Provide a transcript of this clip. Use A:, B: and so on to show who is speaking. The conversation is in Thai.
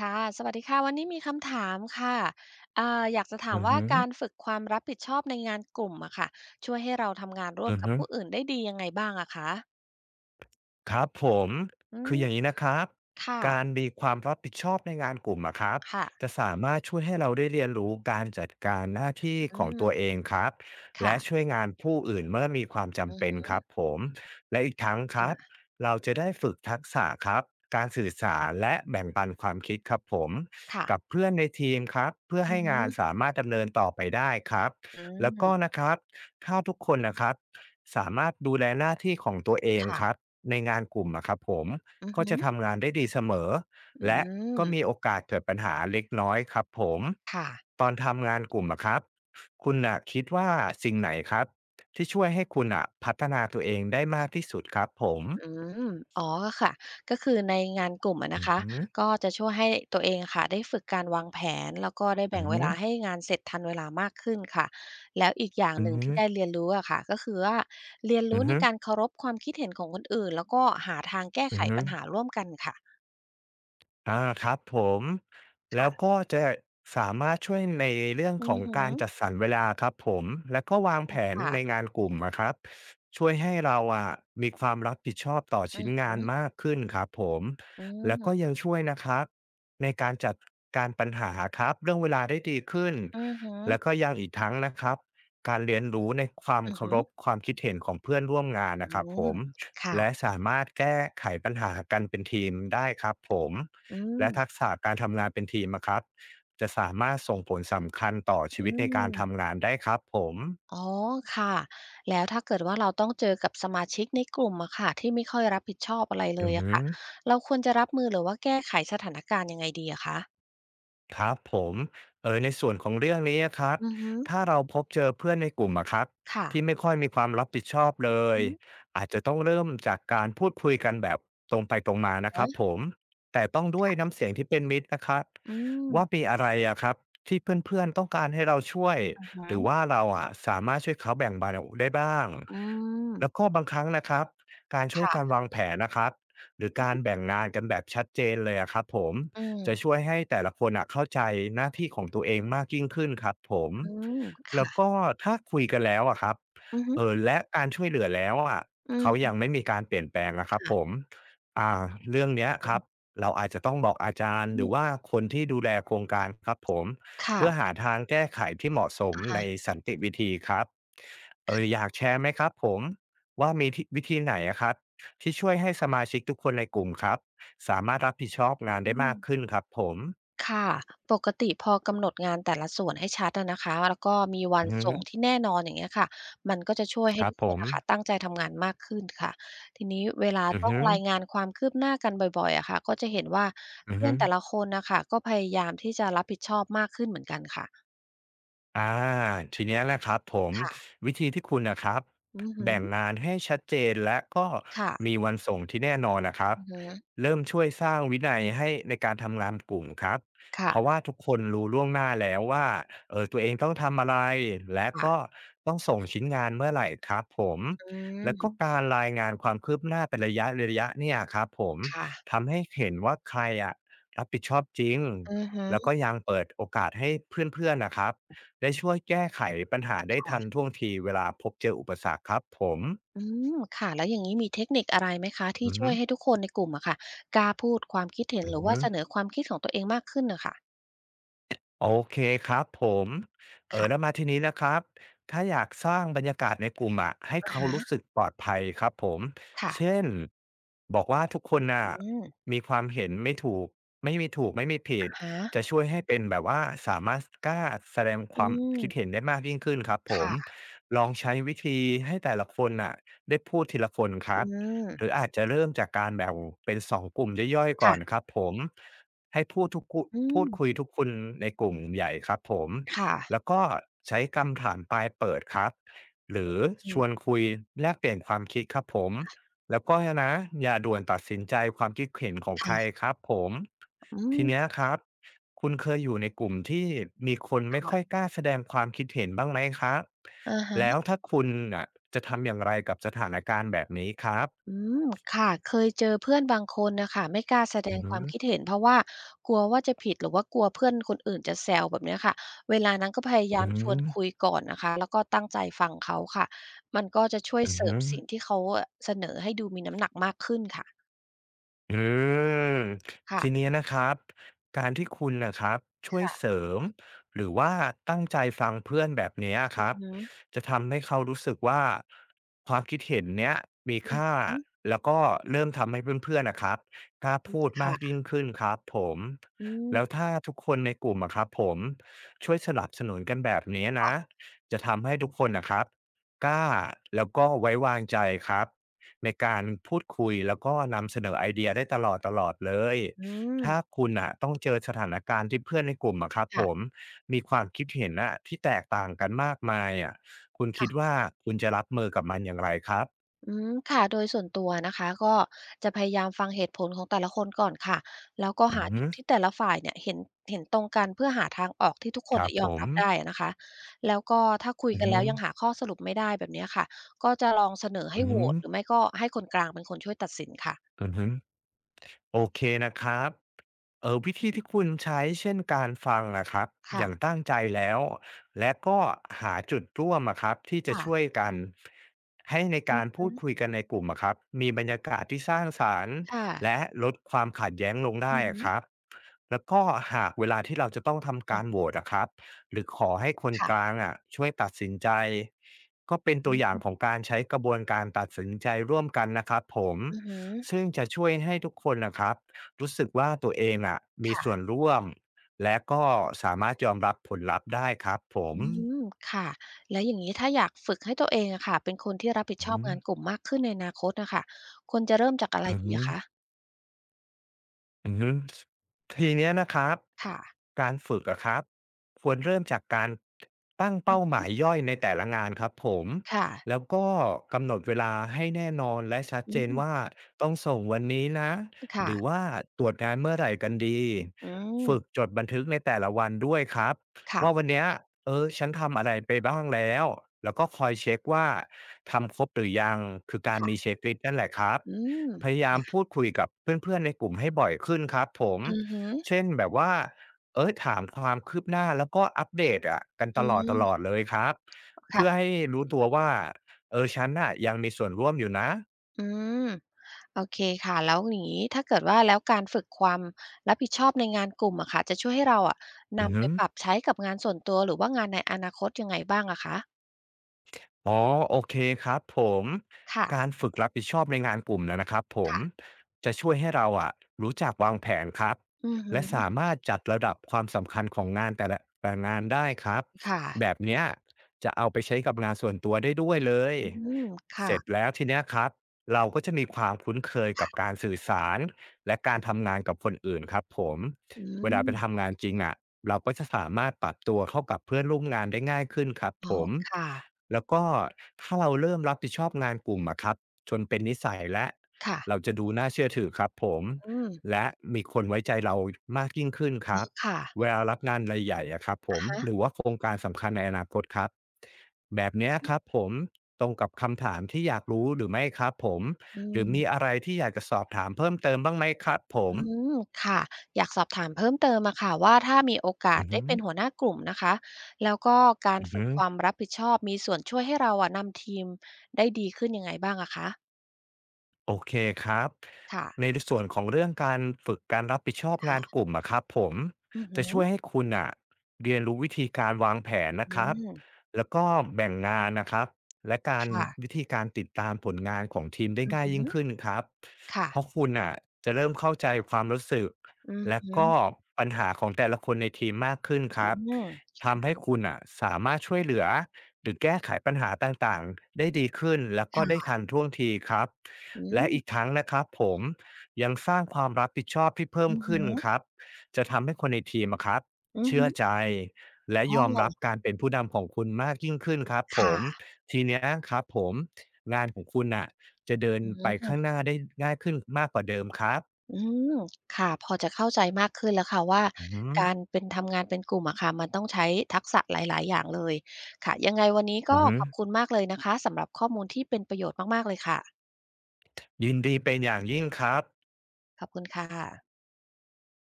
A: ค่ะสวัสดีค่ะ วันนี้มีคำถามค่ะอยากจะถาม
B: อือ
A: ว่า
B: ฮึ
A: การฝึกความรับผิดชอบในงานกลุ่มอะค่ะช่วยให้เราทำงานร่วม
B: อือ
A: กับ
B: ฮึ
A: ผู้อื่นได้ดียังไงบ้างอะคะ
B: ครับผม
A: อื
B: คื
A: ม
B: ออย่างงี้นะครับ
A: ค่ะ
B: การมีความรับผิดชอบในงานกลุ่มอะครับ
A: ค่ะ
B: จะสามารถช่วยให้เราได้เรียนรู้การจัดการหน้าที่
A: อื
B: ของ
A: ม
B: ตัวเองครับ
A: ค่ะ
B: และช่วยงานผู้อื่นเมื่อมีความ
A: อื
B: จำเป็น
A: ม
B: ครับผม และอีกทั้งครับ
A: ค่ะ
B: เราจะได้ฝึกทักษะครับ การสื่อสารและแบ่งปันความคิดครับผม
A: ค่ะ
B: กับเพื่อนในทีมครับ เพื่อ
A: อื
B: ให้งาน
A: ม
B: สามารถดำเนินต่อไปได้ครับ
A: อื
B: แล้วก็
A: ม
B: นะครับถ้าทุกคนนะครับ สามารถดูแลหน้าที่ของตัวเองครับ
A: ค่ะ
B: ในงานกลุ่มอะครับผม
A: อื
B: ก็จะ
A: ม
B: ทำงานได้ดีเสมอ
A: อื
B: และก็
A: ม
B: มีโอกาสเกิดปัญหาเล็กน้อยครับผม
A: ค่ะ
B: ตอนทำงานกลุ่มอะครับคุณน่ะคิดว่าสิ่งไหนครับที่ช่วยให้คุณอะพัฒนาตัวเองได้มากที่สุดครับผม
A: อืมอ๋อค่ะ ก็คือในงานกลุ่มอะ
B: อื
A: นะคะ
B: ม
A: ก็จะช่วยให้ตัวเองค่ะได้ฝึกการวางแผนแล้วก็ได้
B: อ
A: แบ่งเวลา
B: ม
A: ให้งานเสร็จทันเวลามากขึ้นค่ะแล้วอีกอย่าง
B: อื
A: หนึ่งที่ได้
B: ม
A: เรียนรู้อะค่ะก็คือว่าเรียน
B: อื
A: รู้ใน
B: ม
A: การเคารพความคิดเห็นของคนอื่นแล้วก็หาทางแก้
B: อื
A: ไข
B: มอื
A: ปั
B: ม
A: ญหาร่วมกันค่ะ
B: อาครับผมแล้ว
A: ค่ะ
B: ก็จะสามารถช่วยในเรื่อง
A: อื
B: ขอ
A: อ
B: ง
A: ฮึ
B: การจัดสรรเวลาครับผมแล้วก็วาง
A: อื
B: แผ
A: อ
B: น
A: ค่ะ
B: ในงานกลุ่มนะครับช่วยให้เราอะมีความรับผิดชอบต่อ
A: อื
B: ชิ้
A: อ
B: น
A: ฮึ
B: งานมากขึ้นครับผม
A: อื
B: แล้วก็
A: ม
B: ยังช่วยนะครับในการจัดการปัญหาครับเรื่องเวลาได้ดีขึ้น
A: อือฮึ
B: แล้วก็ยังอีกทั้งนะครับการเรียนรู้ในความ
A: อือ
B: เคา
A: ฮึ
B: รพความคิดเห็นของเพื่อนร่วมงาน
A: อื
B: นะครับผ
A: ม
B: ม
A: ค่ะ
B: และสามารถแก้ไขปัญหากันเป็นทีมได้ครับผม
A: อื
B: และทัก
A: ม
B: ษะการทำงานเป็นทีมอะครับจะสามารถส่งผลสำคัญต่อชี
A: อื
B: วิตในการทำ
A: ม
B: งานได้ครับผม
A: อ๋อค่ะแล้วถ้าเกิดว่าเราต้องเจอกับสมาชิกในกลุ่มอะค่ะที่ไม่ค่อยรับผิดชอบอะไรเล
B: อื
A: ย
B: อ
A: อะ
B: ฮึ
A: ค่ะเราควรจะรับมือหรือว่าแก้ไขสถานการณ์ยังไงดีอะคะ
B: ครับผมในส่วนของเรื่องนี้อะครับ
A: อือฮึ
B: ถ้าเราพบเจอเพื่อนในกลุ่มอะครับ
A: ค่ะ
B: ที่ไม่ค่อยมีความรับผิดชอบเลย
A: อืม
B: อาจจะต้องเริ่มจากการพูดคุยกันแบบตรงไปตรงมานะค
A: ฮะ
B: รับผมแต่ต้องด้วยน้ำเสียงที่เป็นมิตรนะครับ
A: อื
B: ว่า
A: ม
B: มีอะไรอะครับที่เพื่อนๆต้องการให้เราช่วย
A: อือฮึ
B: หรือว่าเราอะสามารถช่วยเขาแบ่งเบาได้บ้าง
A: อืม
B: แล้วก็บางครั้งนะครับการช่วย
A: ค่ะ
B: การวางแผนนะครับหรือกา
A: อื
B: รแบ่งงานกันแบบชัดเจนเลยอะครับผม จะ
A: ม
B: ช่วยให้แต่ละคนอะเข้าใจหน้าที่ของตัวเองมากยิ่งขึ้นครับผม
A: อืม
B: แล้ว
A: ค่ะ
B: ก็ถ้าคุยกันแล้วอะครับ
A: อือฮึ
B: และการช่วยเหลือแล้วอะ
A: อื
B: เขา
A: ม
B: ยังไม่มีการเปลี่ยนแปลงอะครับผ
A: ค่ะ
B: มอ่าเรื่องเนี้ยค
A: อื
B: รับเราอาจจะต้องบอกอาจารย์หรือว่า
A: ม
B: คนที่ดูแลโครงการครับผมเพื่อ
A: ค่ะ
B: หาทางแก้ไขที่เหมาะสม
A: อะ
B: ใน
A: ฮะ
B: สันติวิธีครับอยากแชร์ไหมครับผมว่ามีที่วิธีไหนอะครับที่ช่วยให้สมาชิกทุกคนในกลุ่มครับ สามารถรับผิดชอบงานได้มากขึ้นครับผม
A: ค่ะปกติพอกำหนดงานแต่ละส่วนให้ชัดอะนะคะแล้วก็มีวั
B: อื
A: น
B: อ
A: ส่
B: ฮึ
A: งที่แน่นอนอย่างเงี้ยค่ะมันก็จะช่วย
B: ค
A: ให้
B: รับ
A: ทุก
B: ผ
A: คน
B: ม
A: อะค่ะตั้งใจทำงานมากขึ้นค่ะทีนี้เวลา
B: อือ
A: ต้อง
B: ฮึ
A: รายงานความคืบหน้ากันบ่อยๆอะค่ะก็จะเห็นว่า
B: อือ
A: เพื่อ
B: ฮึ
A: นแต่ละคนน่ะค่ะก็พยายามที่จะรับผิดชอบมากขึ้นเหมือนกันค่ะ
B: อ่าทีเนี้ยแหละครับผม
A: ค่ะ
B: วิธีที่คุณนะครับ
A: อือฮึ
B: แบ่งงานให้ชัดเจนและก็
A: ค่ะ
B: มีวันส่งที่แน่นอนนะครับ
A: อือฮึ
B: เริ่มช่วยสร้างวินัยให้ในการทำงานกลุ่มครับ
A: ค่ะ
B: เพราะว่าทุกคนรู้ล่วงหน้าแล้วว่าตัวเองต้องทำอะไรและก็
A: ค่ะ
B: ต้องส่งชิ้นงานเมื่อไหร่ครับผม
A: อื
B: แล้วก็
A: ม
B: การรายงานความคืบหน้าเป็นระยะเนี่ยครับผม
A: ค่ะ
B: ทำให้เห็นว่าใครอะรับผิดชอบจริง
A: อือฮึ
B: แล้วก็ยังเปิดโอกาสให้เพื่อนๆนะครับ ได้ช่วยแก้ไขปัญหาได้ทัน
A: ค่ะ
B: ท่วงทีเวลาพบเจออุปสรรคครับผม
A: อืมค่ะแล้วอย่างงี้มีเทคนิคอะไรไหมคะที่
B: อือ
A: ช่
B: ฮึ
A: วยให้ทุกคนในกลุ่มอะค่ะกล้าพูดความคิดเห็น
B: อื
A: หรื
B: อ
A: อว่า
B: ฮึ
A: เสนอความคิดของตัวเองมากขึ้นน่ะค่ะ
B: โอเคครับผมแล้ว
A: ค่ะ
B: มาทีนี้นะครับถ้าอยากสร้างบรรยากาศในกลุ่มอะให้
A: อะ
B: เขา
A: ฮะ
B: รู้สึกปลอดภัยครับผม
A: ค่ะ
B: เช่นบอกว่าทุกคนน่ะ
A: อืม
B: มีความเห็นไม่ถูกไม่มีถูกไม่มีผิ
A: อะ
B: ด
A: ฮะ
B: จะช่วยให้เป็นแบบว่าสามารถกล้าแสดงค
A: อื
B: วามคิดเห็
A: ม
B: นได้มากยิ่งขึ้นครับผม
A: ค่ะ
B: ลองใช้วิธีให้แต่ละคนน่ะได้พูดทีละคนค
A: อื
B: รับ
A: ม
B: หรืออาจจะเริ่มจากการแบ่งเป็นสองกลุ่มย่อยๆก่อนค
A: ค่ะ
B: รับผม ให้พูดทุกคุ
A: อื
B: พู
A: ม
B: ดคุยทุกคนในกลุ่มใหญ่ครับผม
A: ค่ะ
B: แล้วก็ใช้คำถามปลายเปิดครับหรือ
A: อื
B: ชวน
A: ม
B: คุยแลกเปลี่ยนความคิดครับผมแล้วก็นะอย่าด่วนตัดสินใจความคิดเห็นของใคร
A: ค่ะ
B: ครับผม
A: อืม
B: ทีเนี้ยครับคุณเคยอยู่ในกลุ่มที่มีคนไม่ค่อย
A: ค่ะ
B: กล้าแสดงความคิดเห็นบ้างไหมครับ
A: อะ
B: แล้
A: ฮะ
B: วถ้าคุณน่ะจะทำอย่างไรกับสถานการณ์แบบนี้ครับ
A: อืมค่ะเคยเจอเพื่อนบางคนน่ะค่ะไม่กล้าแสด
B: อื
A: ง
B: อ
A: ค
B: ฮึ
A: วามคิดเห็นเพราะว่ากลัวว่าจะผิดหรือว่ากลัวเพื่อนคนอื่นจะแซวแบบเนี้ยค่ะเวลานั้นก็พยายา
B: อื
A: ม
B: อฮึ
A: ชวนคุยก่อนนะคะแล้วก็ตั้งใจฟังเขาค่ะมันก็จะช่วย
B: อือ
A: เสิร์ฟ
B: ฮึ
A: สิ่งที่เขาอะเสนอให้ดูมีน้ำหนักมากขึ้นค่ะ
B: อืม
A: ค่ะ
B: ทีนี้นะครับการที่คุณนะครับช่วยเส
A: ค่ะ
B: ริมหรือว่าตั้งใจฟังเพื่อนแบบเนี้ยค
A: อือ
B: รับ
A: ฮึ
B: จะทำให้เขารู้สึกว่าความคิดเห็นเนี้ยมี
A: อือ
B: ค่า
A: ฮึ
B: แล้วก็เริ่มทำให้เพื่อนๆนะครับกล้าพูดมากยิ่
A: ค่ะ
B: งขึ้นครับผม
A: อื
B: แล้ว
A: ม
B: ถ้าทุกคนในกลุ่มอะครับผมช่วยสนับสนุนกันแบบนี้นะ
A: ค่ะ
B: จะทำให้ทุกคนนะครับกล้าแล้วก็ไว้วางใจครับ ในการพูดคุยแล้วก็นำเสนอไอเดียได้ตลอดตลอดเลย
A: อืม
B: ถ้าคุณอ่ะต้องเจอสถานการณ์ที่เพื่อนในกลุ่มอะครับผม
A: ค่ะ
B: มีความคิดเห็นอะที่แตกต่างกันมากมายอะคุณคิด
A: ค่ะ
B: ว่าคุณจะรับมือกับมันอย่างไรครับ
A: อืมค่ะโดยส่วนตัวนะคะก็จะพยายามฟังเหตุผลของแต่ละคนก่อนค่ะแล้วก็
B: อื
A: หา
B: อฮึ
A: จุดที่แต่ละฝ่ายเนี่ยเห็นตรงกันเพื่อหาทางออกที่ทุกค
B: ค
A: น
B: รั
A: เน่
B: บ
A: ยย
B: ผ
A: อม
B: ม
A: รับได้อะนะคะแล้วก็ถ้าคุย
B: อือ
A: กัน
B: ฮึ
A: แล้วยังหาข้อสรุปไม่ได้แบบเนี้ยค่ะก็จะลองเสนอให้
B: อือ
A: โหว
B: ฮึ
A: ตหรือไม่ก็ให้คนกลางเป็นคนช่วยตัดสินค่ะ
B: อือฮึ โอเคนะครับเออวิธีที่คุณใช้เช่นการฟังอะครับอ
A: ค่ะ
B: ย่างตั้งใจแล้วและก็หาจุดร่วมอะครับที่จะ
A: ค่ะ
B: ช่วยกันให้ใน
A: อื
B: กา
A: อ
B: ร
A: ฮึ
B: พูดคุยกันในกลุ่มอะครับมีบรรยากาศที่สร้างสรรค์
A: ค่ะ
B: และลดความขัดแย้งลง
A: อื
B: ได้
A: อฮึ
B: อะครับแล้วก็หากเวลาที่เราจะต้องทำ
A: อื
B: การโหว
A: ม
B: ตอะครับหรือขอให้คนก
A: ค่ะ
B: ลางอะช่วยตัดสินใจก็เป็น
A: อื
B: ตัว
A: อ
B: อย่า
A: ฮึ
B: งของการใช้กระบวนการตัดสินใจร่วมกันนะครับผม
A: อือฮึ
B: ซึ่งจะช่วยให้ทุกคนนะครับรู้สึกว่าตัวเองอะมี
A: ค่ะ
B: ส่วนร่วมและก็สามารถยอมรับผลลัพธ์ได้ครับผม
A: อืมค่ะแล้วอย่างนี้ถ้าอยากฝึกให้ตัวเองอะค่ะเป็นคนที่รับผิดชอบ
B: อืม
A: งานกลุ่มมากขึ้นในอนาคตน่ะค่ะควรจะเริ่มจากอะไร
B: อื
A: ดีอะ
B: ม
A: คะ
B: อืมทีเนี้ยนะครับ
A: ค่ะ
B: การฝึกอะครับควรเริ่มจากการตั้งเป้าห
A: อืม
B: มายย่อยในแต่ละงานครับผม
A: ค่ะ
B: แล้วก็กำหนดเวลาให้แน่นอนและชัด
A: อื
B: เจน
A: ม
B: ว่าต้องส่งวันนี้นะห
A: ค่ะ
B: รือว่าตรวจงานเมื่อไหร่กันดี
A: อื
B: ฝึก
A: ม
B: จดบันทึกในแต่ละวันด้วยครับ
A: ค่ะ
B: ว่าวันเนี้ยเออฉันทำอะไรไปบ้างแล้วแล้วก็คอยเช็คว่าทำครบหรือยังคือการมี
A: ค่ะ
B: เช็คลิสต์นั่นแหละครับ
A: อืม
B: พยายามพูดคุยกับเพื่อนๆในกลุ่มให้บ่อยขึ้นครับผม
A: อือฮึ
B: เช่นแบบว่าเอ้ยถามความคืบหน้าแล้วก็อัปเดตอะกันต
A: อื
B: ลอ
A: ม
B: ดๆเลยครับเพื่อ
A: ค่ะ
B: ให้รู้ตัวว่าเออฉันน่ะยังมีส่วนร่วมอยู่นะ
A: อืมโอเคค่ะแล้วอย่างงี้ถ้าเกิดว่าแล้วการฝึกความรับผิดชอบในงานกลุ่มอะค่ะจะช่วยให้เราอะ
B: อือ
A: นำไป
B: ฮึ
A: ปรับใช้กับงานส่วนตัวหรือว่างานในอนาคตยังไงบ้างอะคะ
B: อ๋อโอเคครับผม
A: ค่ะ
B: การฝึกรับผิดชอบในงานกลุ่มนะนะครับผม
A: ค่ะ
B: จะช่วยให้เราอะรู้จักวางแผนครับ
A: อือฮึ
B: และสามารถจัดระดับความสำคัญของงานแต่ละงานได้ครับ
A: ค่ะ
B: แบบเนี้ยจะเอาไปใช้กับงานส่วนตัวได้ด้วยเลย
A: อืม
B: เส
A: ค่ะ
B: ร็จแล้วทีเนี้ยครับเราก็จะมีความคุ้นเคยกับ
A: ค่ะ
B: การสื่อสารและการทำงานกับคนอื่นครับผม
A: อื
B: เวลาไป
A: ม
B: ทำงานจริงอะเราก็จะสามารถปรับตัวเข้ากับเพื่อนร่วมงานได้ง่ายขึ้นครับ
A: อ๋อ
B: ผม
A: ค่ะ
B: แล้วก็ถ้าเราเริ่มรับผิดชอบงานกลุ่มอะครับจนเป็นนิสัยแล้ว
A: ค่ะ
B: เราจะดูน่าเชื่อถือครับผม
A: อืม
B: และมีคนไว้ใจเรามากยิ่งขึ้นครับ
A: ค่ะ
B: เวลารับงานรายใหญ่อะครับผ
A: อะ
B: ม
A: ฮะ
B: หรือว่าโครงการสำคัญในอนาคตครับแบบเนี้ยครับผมตรงกับคำถามที่อยากรู้หรือไม่ครับผม
A: อื
B: หรือมี
A: ม
B: อะไรที่อยากจะสอบถามเพิ่มเติมบ้างไหมครับผม
A: อืมค่ะอยากสอบถามเพิ่มเติมอะค่ะว่าถ้ามีโอกาส
B: อือ
A: ได้
B: ฮึ
A: เป็นหัวหน้ากลุ่มนะคะแล้วก็การ
B: อือ
A: ฝึก
B: ฮึ
A: ความรับผิดชอบมีส่วนช่วยให้เราอะนำทีมได้ดีขึ้นยังไงบ้างอะคะ
B: โอเคครับใน
A: ค่ะ
B: ส่วนของเรื่องการฝึกการรับผิดชอบงาน
A: ค่ะ
B: กลุ่มอะครับผม
A: อือฮึ
B: จะช่วยให้คุณอะเรียนรู้วิธีการวางแผนนะ
A: อื
B: ครับ
A: ม
B: แล้วก็แบ่งงานนะครับและการ
A: ค่ะ
B: วิธีการติดตามผลงานของทีมได้
A: อือ
B: ง่าย
A: ฮึ
B: ยิ่งขึ้นครับ
A: ค่ะ
B: เพราะคุณอะจะเริ่มเข้าใจความรู้สึก
A: อือ
B: และ
A: ฮึ
B: ก็ปัญหาของแต่ละคนในทีมมากขึ้นค
A: อื
B: รับ
A: ม
B: ทำให้คุณอะสามารถช่วยเหลือ หรือแก้ไขปัญหาต่างๆได้ดีขึ้นแล้วก็
A: ค่
B: ได้
A: ะ
B: ทันท่วงทีครับ
A: อืม
B: และอีกทั้งนะครับผมยังสร้างความรับผิดชอบที่เพิ่ม
A: อือ
B: ขึ้
A: ฮึ
B: นครับจะทำให้คนในทีมอะครับ
A: อือ
B: เชื่
A: ฮึ
B: อใจและ
A: อ๋
B: ยอมรับ
A: อ
B: การเป็นผู้นำของคุณมากยิ่งขึ้นครับผม
A: ค่ะ
B: ทีเนี้ยครับผมงานของคุณน่ะจะเดิน
A: อื
B: ไปข้าง
A: ม
B: หน้าได้ง่ายขึ้นมากกว่าเดิมครับ
A: อืมค่ะ พอจะเข้าใจมากขึ้นแล้วค่ะว่า
B: อือฮึ
A: การเป็นทำงานเป็นกลุ่มอะค่ะมันต้องใช้ทักษะหลายๆอย่างเลยค่ะยังไงวันนี้
B: อื
A: ก็
B: อฮึ
A: ขอบคุณมากเลยนะคะสำหรับข้อมูลที่เป็นประโยชน์มากๆเลยค่ะ
B: ยินดีเป็นอย่างยิ่งครับ
A: ขอบคุณค่ะ